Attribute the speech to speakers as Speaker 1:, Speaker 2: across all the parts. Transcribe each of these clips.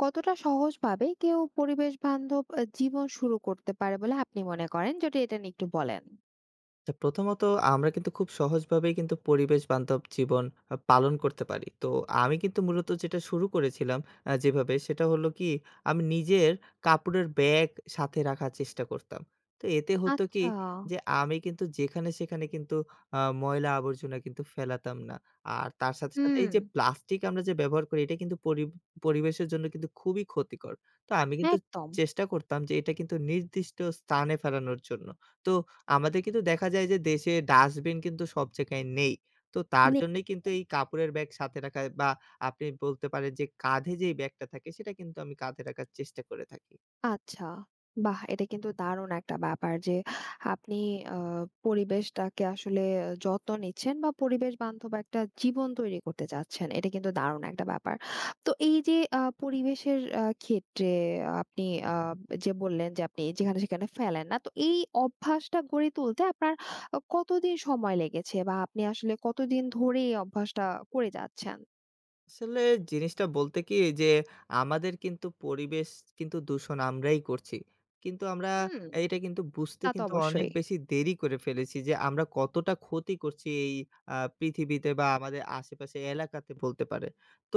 Speaker 1: কতটা সহজভাবে কেউ পরিবেশ বান্ধব জীবন শুরু করতে পারে বলে আপনি মনে করেন, যদি এটা নিয়ে একটু বলেন?
Speaker 2: তো প্রথমত আমরা কিন্তু খুব সহজভাবেই কিন্তু পরিবেশ বান্ধব জীবন পালন করতে পারি। তো আমি কিন্তু মূলত যেটা শুরু করেছিলাম যেভাবে সেটা হলো কি আমি নিজের কাপড়ের ব্যাগ সাথে রাখার চেষ্টা করতাম। তো এতে হতো কি
Speaker 1: আচ্ছা।
Speaker 2: যে আমি কিন্তু যেখানে সেখানে কিন্তু ময়লা আবর্জনা কিন্তু ফেলাতাম না। আর তার সাথে, সাথে
Speaker 1: হুম।
Speaker 2: এই যে প্লাস্টিক আমরা যে ব্যবহার করি এটা কিন্তু পরিবেশের জন্য কিন্তু খুবই ক্ষতিকর। তো আমি কিন্তু
Speaker 1: একদম।
Speaker 2: চেষ্টা করতাম যে এটা কিন্তু নির্দিষ্ট স্থানে ফেলানোর জন্য। তো আমাদের কিন্তু দেখা যায় যে দেশে ডাস্টবিন কিন্তু সব জায়গায় নেই। তো তার জন্যই কিন্তু এই কাপড়ের ব্যাগ সাথে রাখা বা আপনি বলতে পারেন যে কাঁধে যেই ব্যাগটা থাকে সেটা কিন্তু আমি কাঁধে রাখার চেষ্টা করে থাকি।
Speaker 1: আচ্ছা। বাহ! এটা কিন্তু দারুণ একটা ব্যাপার যে আপনি আ পরিবেশটাকে আসলে যত্ন নিচ্ছেন, বা পরিবেশ বান্ধব একটা জীবন তৈরি করতে চাচ্ছেন। এটা কিন্তু দারুণ একটা ব্যাপার। তো এই যে পরিবেশের ক্ষেত্রে আপনি আ যে বললেন যে আপনি যেখানে সেখানে ফেলেন না। তো এই অভ্যাসটা গড়ে তুলতে আপনার কতদিন সময় লেগেছে, বা আপনি আসলে কতদিন ধরে এই অভ্যাসটা করে যাচ্ছেন?
Speaker 2: আসলে জিনিসটা বলতে কি যে আমাদের কিন্তু পরিবেশ কিন্তু দূষণ আমরাই করছি। কিন্তু আমরা
Speaker 1: হুম,
Speaker 2: এটা কিন্তু বুঝতে
Speaker 1: তা তো
Speaker 2: কিন্তু অনেক
Speaker 1: অবশ্যই।
Speaker 2: বেশি দেরি করে ফেলেছি যে আমরা কতটা ক্ষতি করছি এই পৃথিবীতে বা আমাদের আশেপাশে এলাকাতে বলতে পারে। তো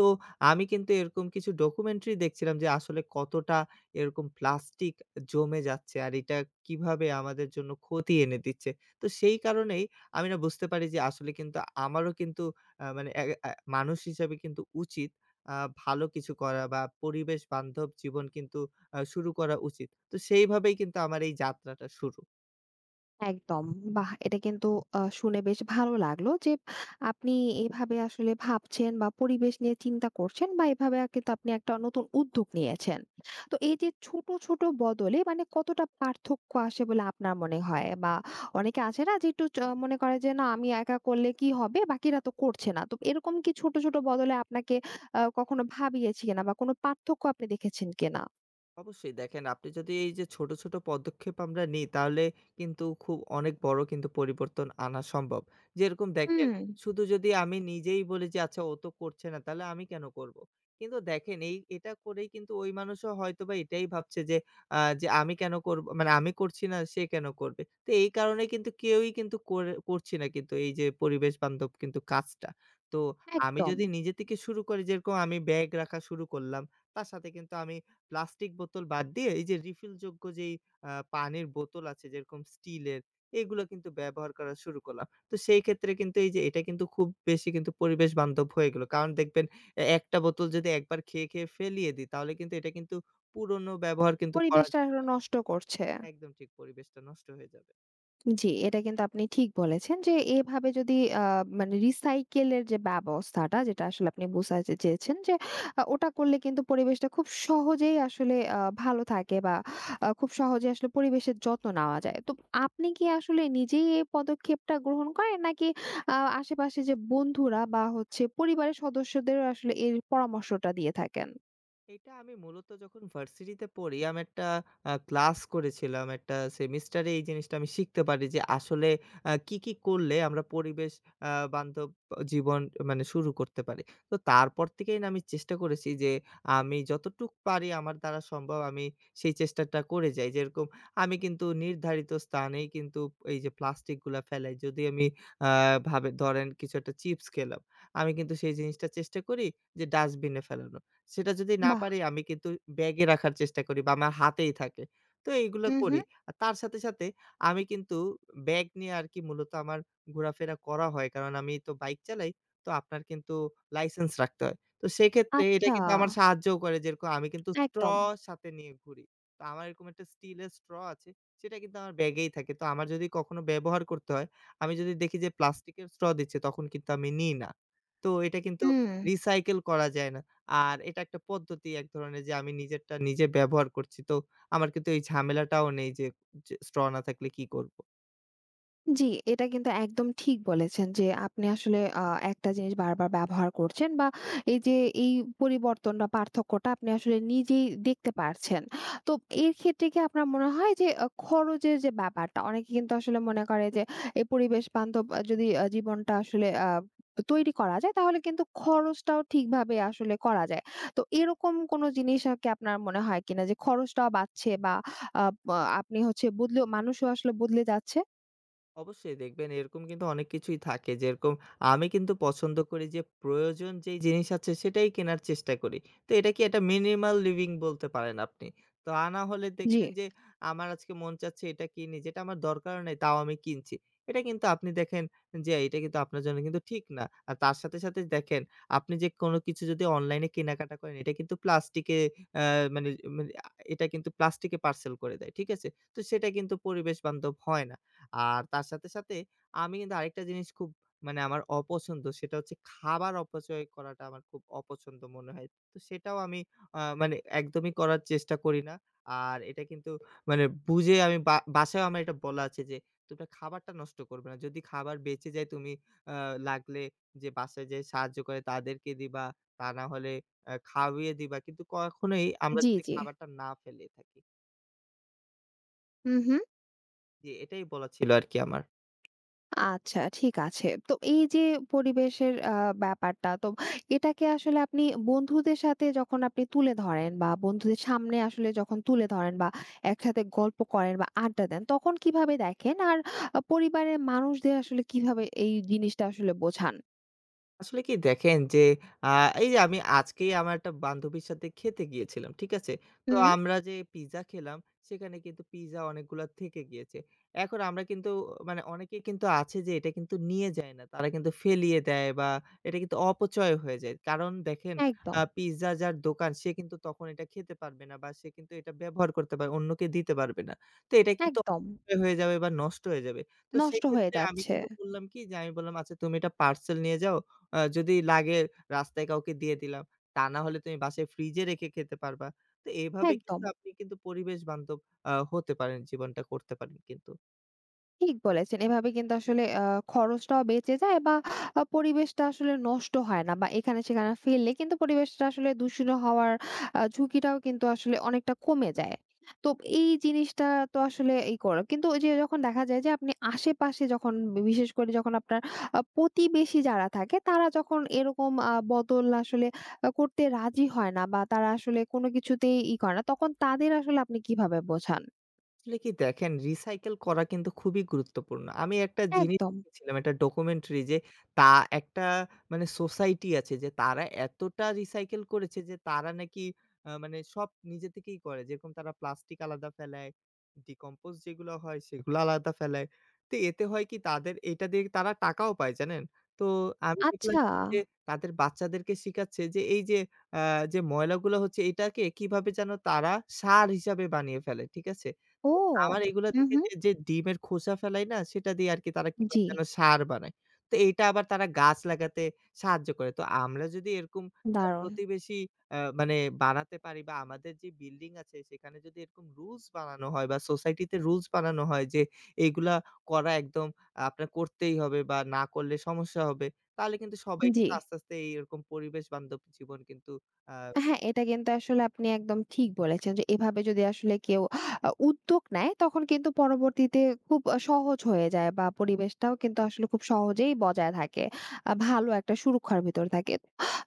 Speaker 2: আমি কিন্তু এরকম কিছু ডকুমেন্টারি দেখছিলাম যে আসলে কতটা এরকম প্লাস্টিক জমে যাচ্ছে আর এটা কিভাবে আমাদের জন্য ক্ষতি এনে দিচ্ছে। তো সেই কারণেই আমি না বুঝতে পারি যে আসলে কিন্তু আমারও কিন্তু আ মানে এ আ মানুষ হিসেবে কিন্তু উচিত আ ভালো কিছু করা বা পরিবেশ বান্ধব জীবন কিন্তু শুরু করা উচিত। তো সেইভাবেই কিন্তু আমার এই যাত্রাটা শুরু।
Speaker 1: একদম। বাহ! এটা কিন্তু শুনে বেশ ভালো লাগলো যে আপনি এভাবে আসলে ভাবছেন, বা পরিবেশ নিয়ে চিন্তা করছেন, বা এভাবে আর কিন্তু আপনি একটা নতুন উদ্যোগ নিয়েছেন। তো এই যে ছোট, ছোট বদলে মানে কতটা পার্থক্য আসে বলে আপনার মনে হয়? বা অনেকে আছে না যে একটু মনে করে যে, না আমি একা করলে কি হবে? বাকিরা তো করছে না। তো এরকম কি ছোট, ছোট বদলে আপনাকে কখনো ভাবিয়েছে কিনা, বা কোনো পার্থক্য আপনি দেখেছেন কিনা?
Speaker 2: অবশ্যই দেখেন, আপনি যদি এই যে ছোট, ছোট পদক্ষেপ আমরা নিই তাহলে কিন্তু খুব অনেক বড় কিন্তু পরিবর্তন আনা সম্ভব। যেরকম দেখেন,
Speaker 1: হুম।
Speaker 2: শুধু যদি আমি নিজেই বলি যে আচ্ছা ও তো করছে না, তাহলে আমি কেন করব? কিন্তু দেখেন, এই এটা করেই কিন্তু ওই মানুষও হয়তোবা এটাই ভাবছে যে যে আমি কেন করব, মানে আমি করছি না সে কেন করবে? তো এই কারণে কিন্তু কেউই কিন্তু করছি না কিন্তু এই যে পরিবেশ বান্ধব কিন্তু কাজটা। তো আমি
Speaker 1: একদম।
Speaker 2: যদি নিজে থেকে শুরু করি, যেরকম আমি ব্যাগ রাখা শুরু করলাম, তার সাথে কিন্তু আমি প্লাস্টিক বোতল বাদ দিয়ে এই যে রিফিলযোগ্য যেই পানির বোতল আছে যেরকম স্টিলের, এগুলো কিন্তু ব্যবহার করা শুরু করলাম। তো সেই ক্ষেত্রে কিন্তু এই যে এটা কিন্তু খুব বেশি কিন্তু পরিবেশ বান্ধব হয়ে গেল। কারণ দেখবেন, এ একটা বোতল যদি একবার খেয়ে ফেলিয়ে দিই তাহলে কিন্তু এটা কিন্তু পুরনো ব্যবহার কিন্তু করা
Speaker 1: পরিবেশটা আসলে নষ্ট করছে।
Speaker 2: একদম ঠিক পরিবেশটা নষ্ট হয়ে যাবে।
Speaker 1: জি, এটা কিন্তু আপনি ঠিক বলেছেন যে এভাবে যদি আ মানে রিসাইকেলের যে ব্যবস্থাটা, যেটা আসলে আপনি বোঝাতে চেয়েছেন যে ওটা করলে কিন্তু পরিবেশটা খুব সহজেই আসলে ভালো থাকে, বা খুব সহজে আসলে পরিবেশের যত্ন নেওয়া যায়। তো আপনি কি আসলে নিজেই এই পদক্ষেপটা গ্রহণ করেন, নাকি আশেপাশে যে বন্ধুরা বা হচ্ছে পরিবারের সদস্যদেরও আসলে এর পরামর্শটা দিয়ে থাকেন?
Speaker 2: এটা আমি মূলত যখন ভার্সিটিতে পড়ি, আমি একটা ক্লাস করেছিলাম। একটা সেমিস্টারে এই জিনিসটা আমি শিখতে পারি যে আসলে কি, কি করলে আমরা পরিবেশ আ বান্ধব জীবন মানে শুরু করতে পারি। তো তারপর থেকেই না আমি চেষ্টা করেছি যে আমি যতটুক পারি আমার দ্বারা সম্ভব আমি সেই চেষ্টাটা করে যাই। যেরকম আমি কিন্তু নির্ধারিত স্থানেই কিন্তু এই যে প্লাস্টিক গুলা ফেলাই। যদি আমি আ ভাবে ধরেন কিছু একটা চিপস খেলাম। আমি কিন্তু সেই জিনিসটা চেষ্টা করি যে ডাস্টবিন এ ফেলানোর। সেটা যদি না
Speaker 1: বাহ!
Speaker 2: পারি আমি কিন্তু ব্যাগে রাখার চেষ্টা করি বা আমার হাতেই থাকে। তো এইগুলো
Speaker 1: হু, হু।
Speaker 2: করি। আর তার সাথে, সাথে আমি কিন্তু ব্যাগ নিয়ে আর কি মূলত আমার ঘোরাফেরা করা হয়। কারণ আমি তো বাইক চালাই। তো আপনার কিন্তু লাইসেন্স রাখতে হয়। তো সেক্ষেত্রে এটা
Speaker 1: আচ্ছা,
Speaker 2: কিন্তু আমার সাহায্যও করে। যেরকম আমি কিন্তু স্ট্র
Speaker 1: একদম।
Speaker 2: সাথে নিয়ে ঘুরি। তো আমার এরকম একটা স্টিলের স্ট্র আছে। সেটা কিন্তু আমার ব্যাগেই থাকে। তো আমার যদি কখনো ব্যবহার করতে হয়, আমি যদি দেখি যে প্লাস্টিকের স্ট্র দিচ্ছে তখন কিন্তু আমি নিই না। তো এটা কিন্তু
Speaker 1: হুম।
Speaker 2: রিসাইকেল করা যায় না। আর এটা একটা পদ্ধতি এক ধরনের যে আমি নিজেরটা নিজে ব্যবহার করছি। তো আমার কিন্তু এই ঝামেলাটাও নেই যে স্ট্র না থাকলে কি করব?
Speaker 1: জি, এটা কিন্তু একদম ঠিক বলেছেন যে আপনি আসলে একটা জিনিস বারবার ব্যবহার করছেন, বা এই যে এই পরিবর্তন বা পার্থক্যটা আপনি আসলে নিজেই দেখতে পারছেন। তো এর ক্ষেত্রে কি আপনার মনে হয় যে খরচের যে ব্যাপারটা অনেকে কিন্তু আসলে মনে করে যে, এই পরিবেশ বান্ধব যদি জীবনটা আসলে তৈরি করা যায়, তাহলে কিন্তু খরচটাও ঠিকভাবে আসলে করা যায়। তো এরকম কোনো জিনিস কি আপনার মনে হয় কিনা যে, খরচটাও বাঁচছে, বা আপনি হচ্ছে বদলেও মানুষও আসলে বদলে যাচ্ছে?
Speaker 2: অবশ্যই দেখবেন, এরকম কিন্তু অনেক কিছুই থাকে যেরকম আমি কিন্তু পছন্দ করি যে প্রয়োজন যেই জিনিস আছে সেটাই কেনার চেষ্টা করি। তো এটা কি একটা মিনিমাল লিভিং বলতে পারেন আপনি। তো না হলে
Speaker 1: জি।
Speaker 2: দেখবেন যে আমার আজকে মন চাচ্ছে এটা কিনি যেটা আমার দরকারও নেই, তাও আমি কিনছি। এটা কিন্তু আপনি দেখেন যে এটা কিন্তু আপনার জন্য কিন্তু ঠিক না। আর তার সাথে, সাথে দেখেন, আপনি যে কোনো কিছু যদি অনলাইনে কেনাকাটা করেন এটা কিন্তু প্লাস্টিকে আহ, মানে মানে আ এটা কিন্তু প্লাস্টিকে পার্সেল করে দেয়। ঠিক আছে? তো সেটা কিন্তু পরিবেশ বান্ধব হয় না। আর তার সাথে, সাথে আমি কিন্তু আরেকটা জিনিস খুব মানে আমার অপছন্দ, সেটা হচ্ছে খাবার অপচয় করাটা আমার খুব অপছন্দ মনে হয়। তো সেটাও আমি মানে একদমই করার চেষ্টা করি না। আর এটা কিন্তু মানে বুঝে আমি বা বাসায়ও আমার এটা বলা আছে যে, "তোমরা খাবারটা নষ্ট করবে না। যদি খাবার বেঁচে যায় তুমি আ লাগলে যে বাসায় যে সাহায্য করে তাদেরকে দিবা। তা না হলে খাওয়িয়ে দিবা। কিন্তু কখনোই আমরা
Speaker 1: জি,
Speaker 2: যাতে
Speaker 1: জি।
Speaker 2: খাবারটা না ফেলে থাকি।"
Speaker 1: হুম, হুম।
Speaker 2: জি, এটাই বলা ছিল আরকি আমার।
Speaker 1: আচ্ছা, ঠিক আছে। তো এই যে পরিবেশের ব্যাপারটা, তো এটাকে আসলে আপনি বন্ধুদের সাথে যখন আপনি তুলে ধরেন, বা বন্ধুদের সামনে আসলে যখন তুলে ধরেন, বা একসাথে গল্প করেন বা আড্ডা দেন, তখন কিভাবে দেখেন? আর পরিবারের মানুষদের আসলে কিভাবে এই জিনিসটা আসলে বোঝান?
Speaker 2: আসলে কি দেখেন যে আ এই যে আমি আজকেই আমার একটা বান্ধবীর সাথে খেতে গিয়েছিলাম। ঠিক আছে? তো
Speaker 1: হুম,
Speaker 2: আমরা যে পিজ্জা খেলাম সেখানে কিন্তু পিজ্জা অনেকগুলা থেকে গিয়েছে। এখন আমরা কিন্তু মানে অনেকেই কিন্তু আছে যে এটা কিন্তু নিয়ে যায় না। তারা কিন্তু ফেলিয়ে দেয় বা এটা কিন্তু অপচয় হয়ে যায়। কারণ দেখেন,
Speaker 1: একদম,
Speaker 2: পিজ্জা যার দোকান সে কিন্তু তখন এটা খেতে পারবে না বা সে কিন্তু এটা ব্যবহার করতে পারবে, অন্যকে দিতে পারবে না। তো এটা কিন্তু
Speaker 1: একদম।
Speaker 2: অপচয় হয়ে যাবে বা নষ্ট হয়ে যাবে। তো
Speaker 1: নষ্ট হয়ে
Speaker 2: সেক্ষেত্রে আমি
Speaker 1: যাচ্ছে।
Speaker 2: কিন্তু করলাম কি যে আমি বললাম আচ্ছা তুমি এটা পার্সেল নিয়ে যাও। যদি লাগে রাস্তায় কাউকে দিয়ে দিলাম। তা না হলে তুমি বাসায় ফ্রিজে রেখে খেতে পারবা। তো এভাবে
Speaker 1: একদম।
Speaker 2: কিন্তু আপনি কিন্তু পরিবেশ বান্ধব হতে পারেন, জীবনটা করতে পারেন কিন্তু।
Speaker 1: ঠিক বলেছেন। এভাবে কিন্তু আসলে খরচটাও বেঁচে যায়, বা পরিবেশটা আসলে নষ্ট হয় না, বা এখানে-সেখানে ফেললে কিন্তু পরিবেশটা আসলে দূষিত হওয়ার ঝুঁকিটাও কিন্তু আসলে অনেকটা কমে যায়। তো এই জিনিসটা তো আসলে করো। কিন্তু ওই যে যখন দেখা যায় যে, আপনি আশেপাশে যখন বিশেষ করে যখন আপনার প্রতিবেশী যারা থাকে তারা যখন এরকম বদল আসলে করতে রাজি হয় না, বা তারা আসলে কোনো কিছুতেই করে না, তখন তাদের আসলে আপনি কিভাবে বোঝান?
Speaker 2: আসলে কি দেখেন, রিসাইকেল করা কিন্তু খুবই গুরুত্বপূর্ণ। আমি একটা জিনিস
Speaker 1: একদম।
Speaker 2: দেখেছিলাম একটা ডকুমেন্টারি যে তা একটা মানে সোসাইটি আছে যে তারা এতটা রিসাইকেল করেছে যে তারা নাকি মানে সব নিজে থেকেই করে। যেরকম তারা প্লাস্টিক আলাদা ফেলায়, ডিকম্পোজ যেগুলো হয় সেগুলো আলাদা ফেলায়। তো এতে হয় কি তাদের এটা দিয়ে তারা টাকাও পায়, জানেন? তো আমি দেখলাম
Speaker 1: আচ্ছা।
Speaker 2: কি যে তাদের বাচ্চাদেরকে শিখাচ্ছে যে এই যে আ যে ময়লাগুলো হচ্ছে এটাকে কিভাবে যেন তারা সার হিসাবে বানিয়ে ফেলে। ঠিক আছে?
Speaker 1: ও!
Speaker 2: তো আমার এগুলা
Speaker 1: হু,
Speaker 2: দেখে
Speaker 1: হু।
Speaker 2: যে ডিমের খোসা ফেলাই না? সেটা দিয়ে আরকি তারা
Speaker 1: জি,
Speaker 2: কিভাবে যেন সার বানায়। তো এইটা আবার তারা গাছ লাগাতে সাহায্য করে। তো আমরা যদি এরকম
Speaker 1: দারুণ।
Speaker 2: প্রতিবেশী আ মানে বানাতে পারি বা আমাদের যে বিল্ডিং আছে সেখানে যদি এরকম রুলস বানানো হয় বা সোসাইটিতে রুলস বানানো হয় যে এইগুলা করা একদম আপনার করতেই হবে বা না করলে সমস্যা হবে। তাহলে কিন্তু সবাই
Speaker 1: জি।
Speaker 2: কিন্তু আস্তে, আস্তে এইরকম পরিবেশ বান্ধব জীবন কিন্তু আ
Speaker 1: হ্যাঁ, এটা কিন্তু আসলে আপনি একদম ঠিক বলেছেন যে, এভাবে যদি আসলে কেউ উদ্যোগ নেয়, তখন কিন্তু পরবর্তীতে খুব সহজ হয়ে যায়, বা পরিবেশটাও কিন্তু আসলে খুব সহজেই বজায় থাকে। ভালো একটা সুরক্ষার ভিতর থাকে।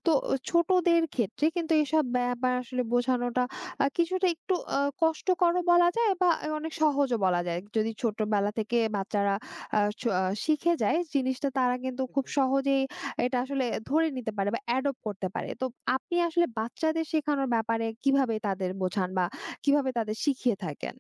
Speaker 1: তো ছোটদের ক্ষেত্রে কিন্তু এসব ব্যাপার আসলে বোঝানোটা কিছুটা একটু কষ্টকরও বলা যায়, বা অনেক সহজও বলা যায়। যদি ছোটবেলা থেকে বাচ্চারা আ চ শিখে যায় জিনিসটা, তারা কিন্তু খুব
Speaker 2: একদম।
Speaker 1: সহজেই এটা আসলে ধরে নিতে পারে, বা অ্যাডপ্ট করতে পারে। তো আপনি আসলে বাচ্চাদের শেখানোর ব্যাপারে কিভাবে তাদের বোঝান, বা কিভাবে তাদের শিখিয়ে থাকেন?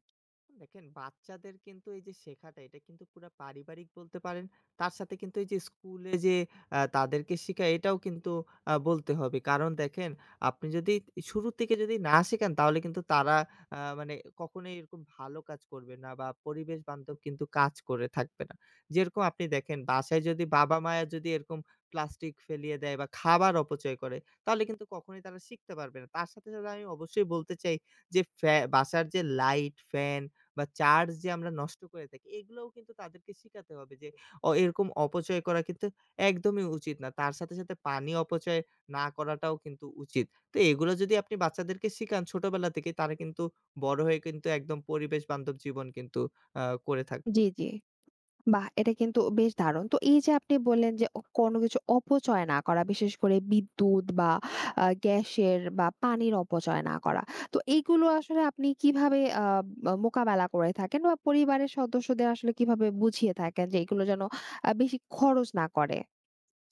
Speaker 2: দেখেন, বাচ্চাদের কিন্তু এই যে শেখাটা এটা কিন্তু পুরা পারিবারিক বলতে পারেন। তার সাথে কিন্তু এই যে স্কুলে যে তাদেরকে শিখায় এটাও কিন্তু বলতে হবে। কারণ দেখেন, আপনি যদি শুরু থেকে যদি না শেখান তাহলে কিন্তু তারা আ মানে কখনোই এরকম ভালো কাজ করবে না বা পরিবেশ বান্ধব কিন্তু কাজ করে থাকবে না। যেরকম আপনি দেখেন, বাসায় যদি বাবা-মায়ের যদি এরকম প্লাস্টিক ফেলিয়ে দেয় বা খাবার অপচয় করে তাহলে কিন্তু কখনোই তারা শিখতে পারবে না। তার সাথে, সাথে আমি অবশ্যই বলতে চাই যে বাসার যে লাইট, ফ্যান বা চার্জ যে আমরা নষ্ট করে থাকি এগুলোও কিন্তু তাদেরকে শিখাতে হবে যে এরকম অপচয় করা কিন্তু একদমই উচিত না। তার সাথে, সাথে পানি অপচয় না করাটাও কিন্তু উচিত। তো এগুলো যদি আপনি বাচ্চাদেরকে শিখান ছোটবেলা থেকেই তারা কিন্তু বড় হয়ে কিন্তু একদম পরিবেশ বান্ধব জীবন কিন্তু করে থাকবে।
Speaker 1: জি, জি। বাহ! এটা কিন্তু বেশ দারুণ। তো এই যে আপনি বললেন যে, কোনো কিছু অপচয় না করা, বিশেষ করে বিদ্যুৎ বা গ্যাসের বা পানির অপচয় না করা। তো এইগুলো আসলে আপনি কিভাবে আ আ মোকাবেলা করে থাকেন, বা পরিবারের সদস্যদের আসলে কিভাবে বুঝিয়ে থাকেন যে এগুলো যেন বেশি খরচ না করে?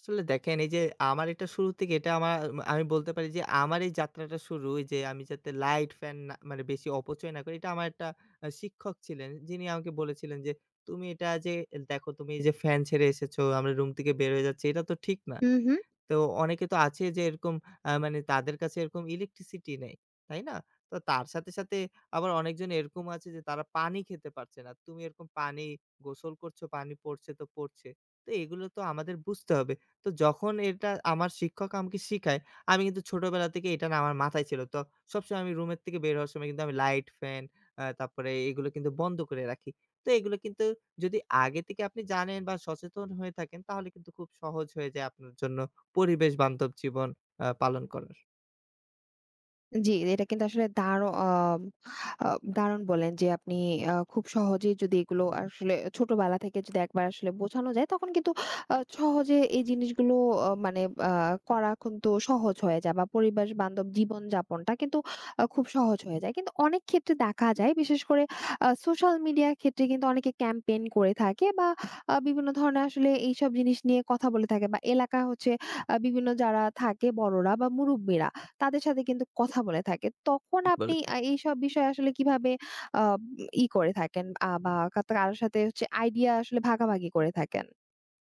Speaker 2: আসলে দেখেন এই যে আমার এটা শুরু থেকে এটা আমার আমি বলতে পারি যে আমার এই যাত্রাটা শুরু, এই যে আমি যাতে লাইট ফ্যান না মানে বেশি অপচয় না করি, এটা আমার একটা শিক্ষক ছিলেন। যিনি আমাকে বলেছিলেন যে, "তুমি এটা যে দেখো তুমি এই যে ফ্যান ছেড়ে এসেছো, আমরা রুম থেকে বের হয়ে যাচ্ছি, এটা তো ঠিক না।
Speaker 1: হুম, হুম।
Speaker 2: তো অনেকে তো আছে যে এরকম আ মানে তাদের কাছে এরকম ইলেকট্রিসিটি নেই, তাই না? তো তার সাথে, সাথে আবার অনেকজন এরকম আছে যে তারা পানি খেতে পারছে না। তুমি এরকম পানি, গোসল করছো, পানি পড়ছে তো পড়ছে। তো এগুলো তো আমাদের বুঝতে হবে।" তো যখন এটা আমার শিক্ষক আমাকে শিখায়, আমি কিন্তু ছোটবেলা থেকে এটা না আমার মাথায় ছিল। তো সবসময় আমি রুমের থেকে বের হওয়ার সময় কিন্তু আমি লাইট, ফ্যান তারপরে এগুলো কিন্তু বন্ধ করে রাখি। তো এগুলো কিন্তু যদি আগে থেকে আপনি জানেন বা সচেতন হয়ে থাকেন তাহলে কিন্তু খুব সহজ হয়ে যায় আপনার জন্য পরিবেশ বান্ধব জীবন পালন করার।
Speaker 1: জি, এটা কিন্তু আসলে আ দারুণ বললেন যে, আপনি খুব সহজেই যদি এগুলো আসলে ছোটবেলা থেকে যদি একবার আসলে বোঝানো যায়, তখন কিন্তু সহজে এই জিনিসগুলো মানে আ করা কিন্তু সহজ হয়ে যায়, বা পরিবেশ বান্ধব জীবনযাপনটা কিন্তু খুব সহজ হয়ে যায়। কিন্তু অনেক ক্ষেত্রে দেখা যায়, বিশেষ করে সোশ্যাল মিডিয়ার ক্ষেত্রে কিন্তু অনেকে ক্যাম্পেইন করে থাকে, বা বিভিন্ন ধরনের আসলে এইসব জিনিস নিয়ে কথা বলে থাকে, বা এলাকা হচ্ছে বিভিন্ন যারা থাকে, বড়রা বা মুরুব্বিরা, তাদের সাথে কিন্তু কথা বলে থাকে। তখন
Speaker 2: ঠিক
Speaker 1: আপনি
Speaker 2: বলেছেন।
Speaker 1: এইসব বিষয়ে আসলে কিভাবে আ ই করে থাকেন, বা কারো সাথে হচ্ছে আইডিয়া আসলে ভাগাভাগি করে থাকেন?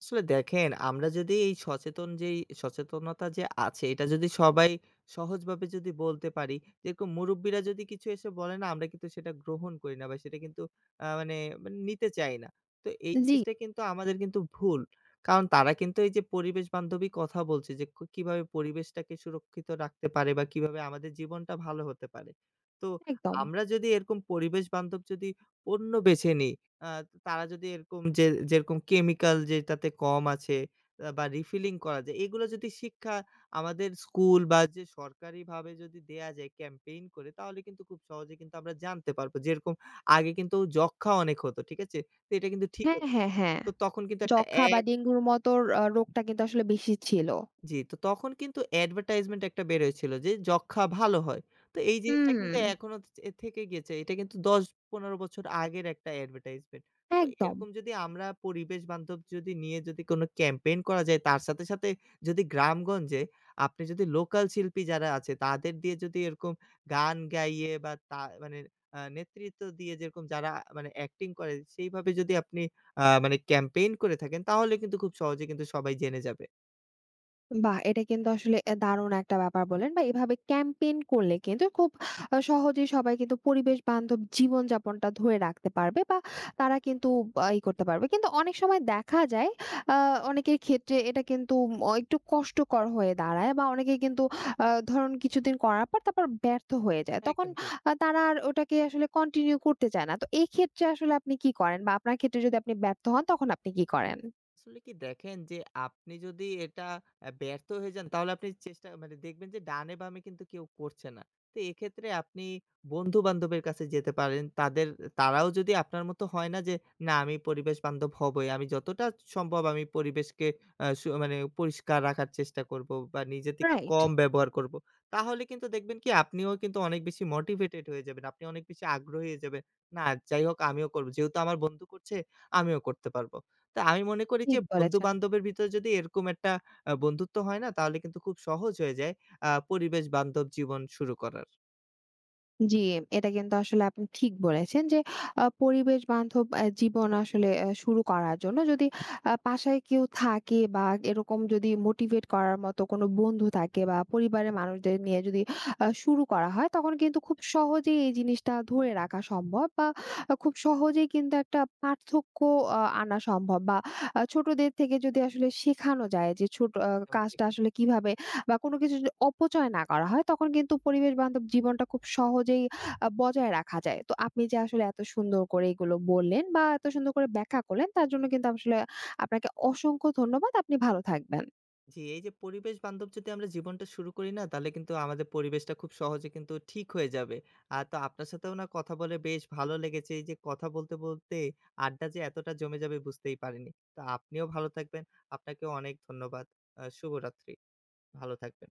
Speaker 2: আসলে দেখেন, আমরা যদি এই সচেতন যেই সচেতনতা যে আছে এটা যদি সবাই সহজভাবে যদি বলতে পারি, যেরকম মুরুব্বিরা যদি কিছু এসে বলে না, আমরা কিন্তু সেটা গ্রহণ করি না বা সেটা কিন্তু মানে মানে নিতে চাই না। তো এই
Speaker 1: জি।
Speaker 2: জিনিসটা কিন্তু আমাদের কিন্তু ভুল। কারণ তারা কিন্তু এই যে পরিবেশ বান্ধবী কথা বলছে যে কিভাবে পরিবেশটাকে সুরক্ষিত রাখতে পারে বা কিভাবে আমাদের জীবনটা ভালো হতে পারে। তো
Speaker 1: একদম।
Speaker 2: আমরা যদি এরকম পরিবেশ বান্ধব যদি পণ্য বেছে নিই, আ তারা যদি এরকম যেরকম কেমিক্যাল যেটাতে কম আছে বা রিফিলিং করা যায়, এগুলো যদি শিক্ষা আমাদের স্কুল বা যে সরকারিভাবে যদি দেয়া যায় ক্যাম্পেইন করে, তাহলে কিন্তু খুব সহজে কিন্তু আমরা জানতে পারবো। যেরকম আগে কিন্তু যক্ষ্মা অনেক হতো, ঠিক আছে? তো এটা কিন্তু ঠিক
Speaker 1: হ্যাঁ,
Speaker 2: হতো না।
Speaker 1: হ্যাঁ, হ্যাঁ।
Speaker 2: তো তখন কিন্তু একটা
Speaker 1: যক্ষা বা ডেঙ্গুর মতো রোগটা কিন্তু আসলে বেশি ছিল।
Speaker 2: জি, তো তখন কিন্তু অ্যাডভার্টাইজমেন্ট একটা বের হয়েছিল যে যক্ষা ভালো হয়। তো এই জিনিসটা
Speaker 1: হুম।
Speaker 2: কিন্তু এখনো থেকে গিয়েছে। এটা কিন্তু ১০-১৫ বছর আগের একটা অ্যাডভার্টাইজমেন্ট। তো
Speaker 1: একদম।
Speaker 2: এরকম যদি আমরা পরিবেশ বান্ধব যদি নিয়ে যদি কোনো ক্যাম্পেইন করা যায় তার সাথে, সাথে যদি গ্রামগঞ্জে আপনি যদি লোকাল শিল্পী যারা আছে তাদের দিয়ে যদি এরকম গান গাইয়ে বা তা মানে আ নেতৃত্ব দিয়ে, যেরকম যারা মানে অ্যাক্টিং করে সেইভাবে যদি আপনি আ মানে ক্যাম্পেইন করে থাকেন তাহলে কিন্তু খুব সহজে কিন্তু সবাই জেনে যাবে।
Speaker 1: বাহ! এটা কিন্তু আসলে দারুণ একটা ব্যাপার বললেন, বা এভাবে ক্যাম্পেইন করলে কিন্তু খুব সহজেই সবাই কিন্তু পরিবেশ বান্ধব জীবনযাপনটা ধরে রাখতে পারবে, বা তারা কিন্তু আ ই করতে পারবে। কিন্তু অনেক সময় দেখা যায়, আ অনেকের ক্ষেত্রে এটা কিন্তু একটু কষ্টকর হয়ে দাঁড়ায়, বা অনেকে কিন্তু ধরুন কিছুদিন করার পর তারপর ব্যর্থ হয়ে যায়। তখন
Speaker 2: একদম ঠিক।
Speaker 1: তারা আর ওটাকে আসলে কন্টিনিউ করতে চায় না। তো এক্ষেত্রে আসলে আপনি কি করেন? বা আপনার ক্ষেত্রে যদি আপনি ব্যর্থ হন, তখন আপনি কি করেন?
Speaker 2: আসলে কি দেখেন যে আপনি যদি এটা ব্যর্থ হয়ে যান তাহলে আপনি চেষ্টা মানে দেখবেন যে ডানে বামে কিন্তু কেউ করছে না। তো এক্ষেত্রে আপনি বন্ধু-বান্ধবের কাছে যেতে পারেন। তারাও যদি আপনার মতো হয় না যে, "না, আমি পরিবেশ বান্ধব হবই। আমি যতটা সম্ভব আমি পরিবেশকে আ সু মানে পরিষ্কার রাখার চেষ্টা করব বা নিজে থেকে
Speaker 1: রাইট।
Speaker 2: কম ব্যবহার করব।" তাহলে কিন্তু দেখবেন কি আপনিও কিন্তু অনেক বেশি মোটিভেটেড হয়ে যাবেন। আপনি অনেক বেশি আগ্রহী হয়ে যাবেন। "না, যাই হোক আমিও করব। যেহেতু আমার বন্ধু করছে আমিও করতে পারব।" তো আমি মনে করি যে
Speaker 1: ঠিক বলেছেন।
Speaker 2: বন্ধু-বান্ধবের ভিতরে যদি এরকম একটা বন্ধুত্ব হয় না? তাহলে কিন্তু খুব সহজ হয়ে যায় পরিবেশ বান্ধব জীবন শুরু করার।
Speaker 1: জি, এটা কিন্তু আসলে আপনি ঠিক বলেছেন যে, পরিবেশ বান্ধব জীবন আসলে শুরু করার জন্য যদি বাসায় কেউ থাকে, বা এরকম যদি মোটিভেট করার মতো কোনো বন্ধু থাকে, বা পরিবারের মানুষদের নিয়ে যদি শুরু করা হয়, তখন কিন্তু খুব সহজেই এই জিনিসটা ধরে রাখা সম্ভব, বা খুব সহজেই কিন্তু একটা পার্থক্য আনা সম্ভব, বা ছোটদের থেকে যদি আসলে শেখানো যায় যে, ছোট
Speaker 2: একদম ঠিক।
Speaker 1: কাজটা আসলে কিভাবে, বা কোনো কিছু যদি অপচয় না করা হয়, তখন কিন্তু পরিবেশ বান্ধব জীবনটা খুব সহজেই বজায় রাখা যায়। তো আপনি যে আসলে এত সুন্দর করে এগুলো বললেন, বা এত সুন্দর করে ব্যাখ্যা করলেন, তার জন্য কিন্তু আসলে আপনাকে অসংখ্য ধন্যবাদ। আপনি ভালো থাকবেন।
Speaker 2: জি, এই যে পরিবেশ বান্ধব যদি আমরা জীবনটা শুরু করি না? তাহলে কিন্তু আমাদের পরিবেশটা খুব সহজে কিন্তু ঠিক হয়ে যাবে। আর তো আপনার সাথেও না কথা বলে বেশ ভালো লেগেছে। এই যে কথা বলতে, বলতে আড্ডা যে এতটা জমে যাবে বুঝতেই পারিনি। তো আপনিও ভালো থাকবেন। আপনাকেও অনেক ধন্যবাদ। শুভরাত্রি। ভালো থাকবেন।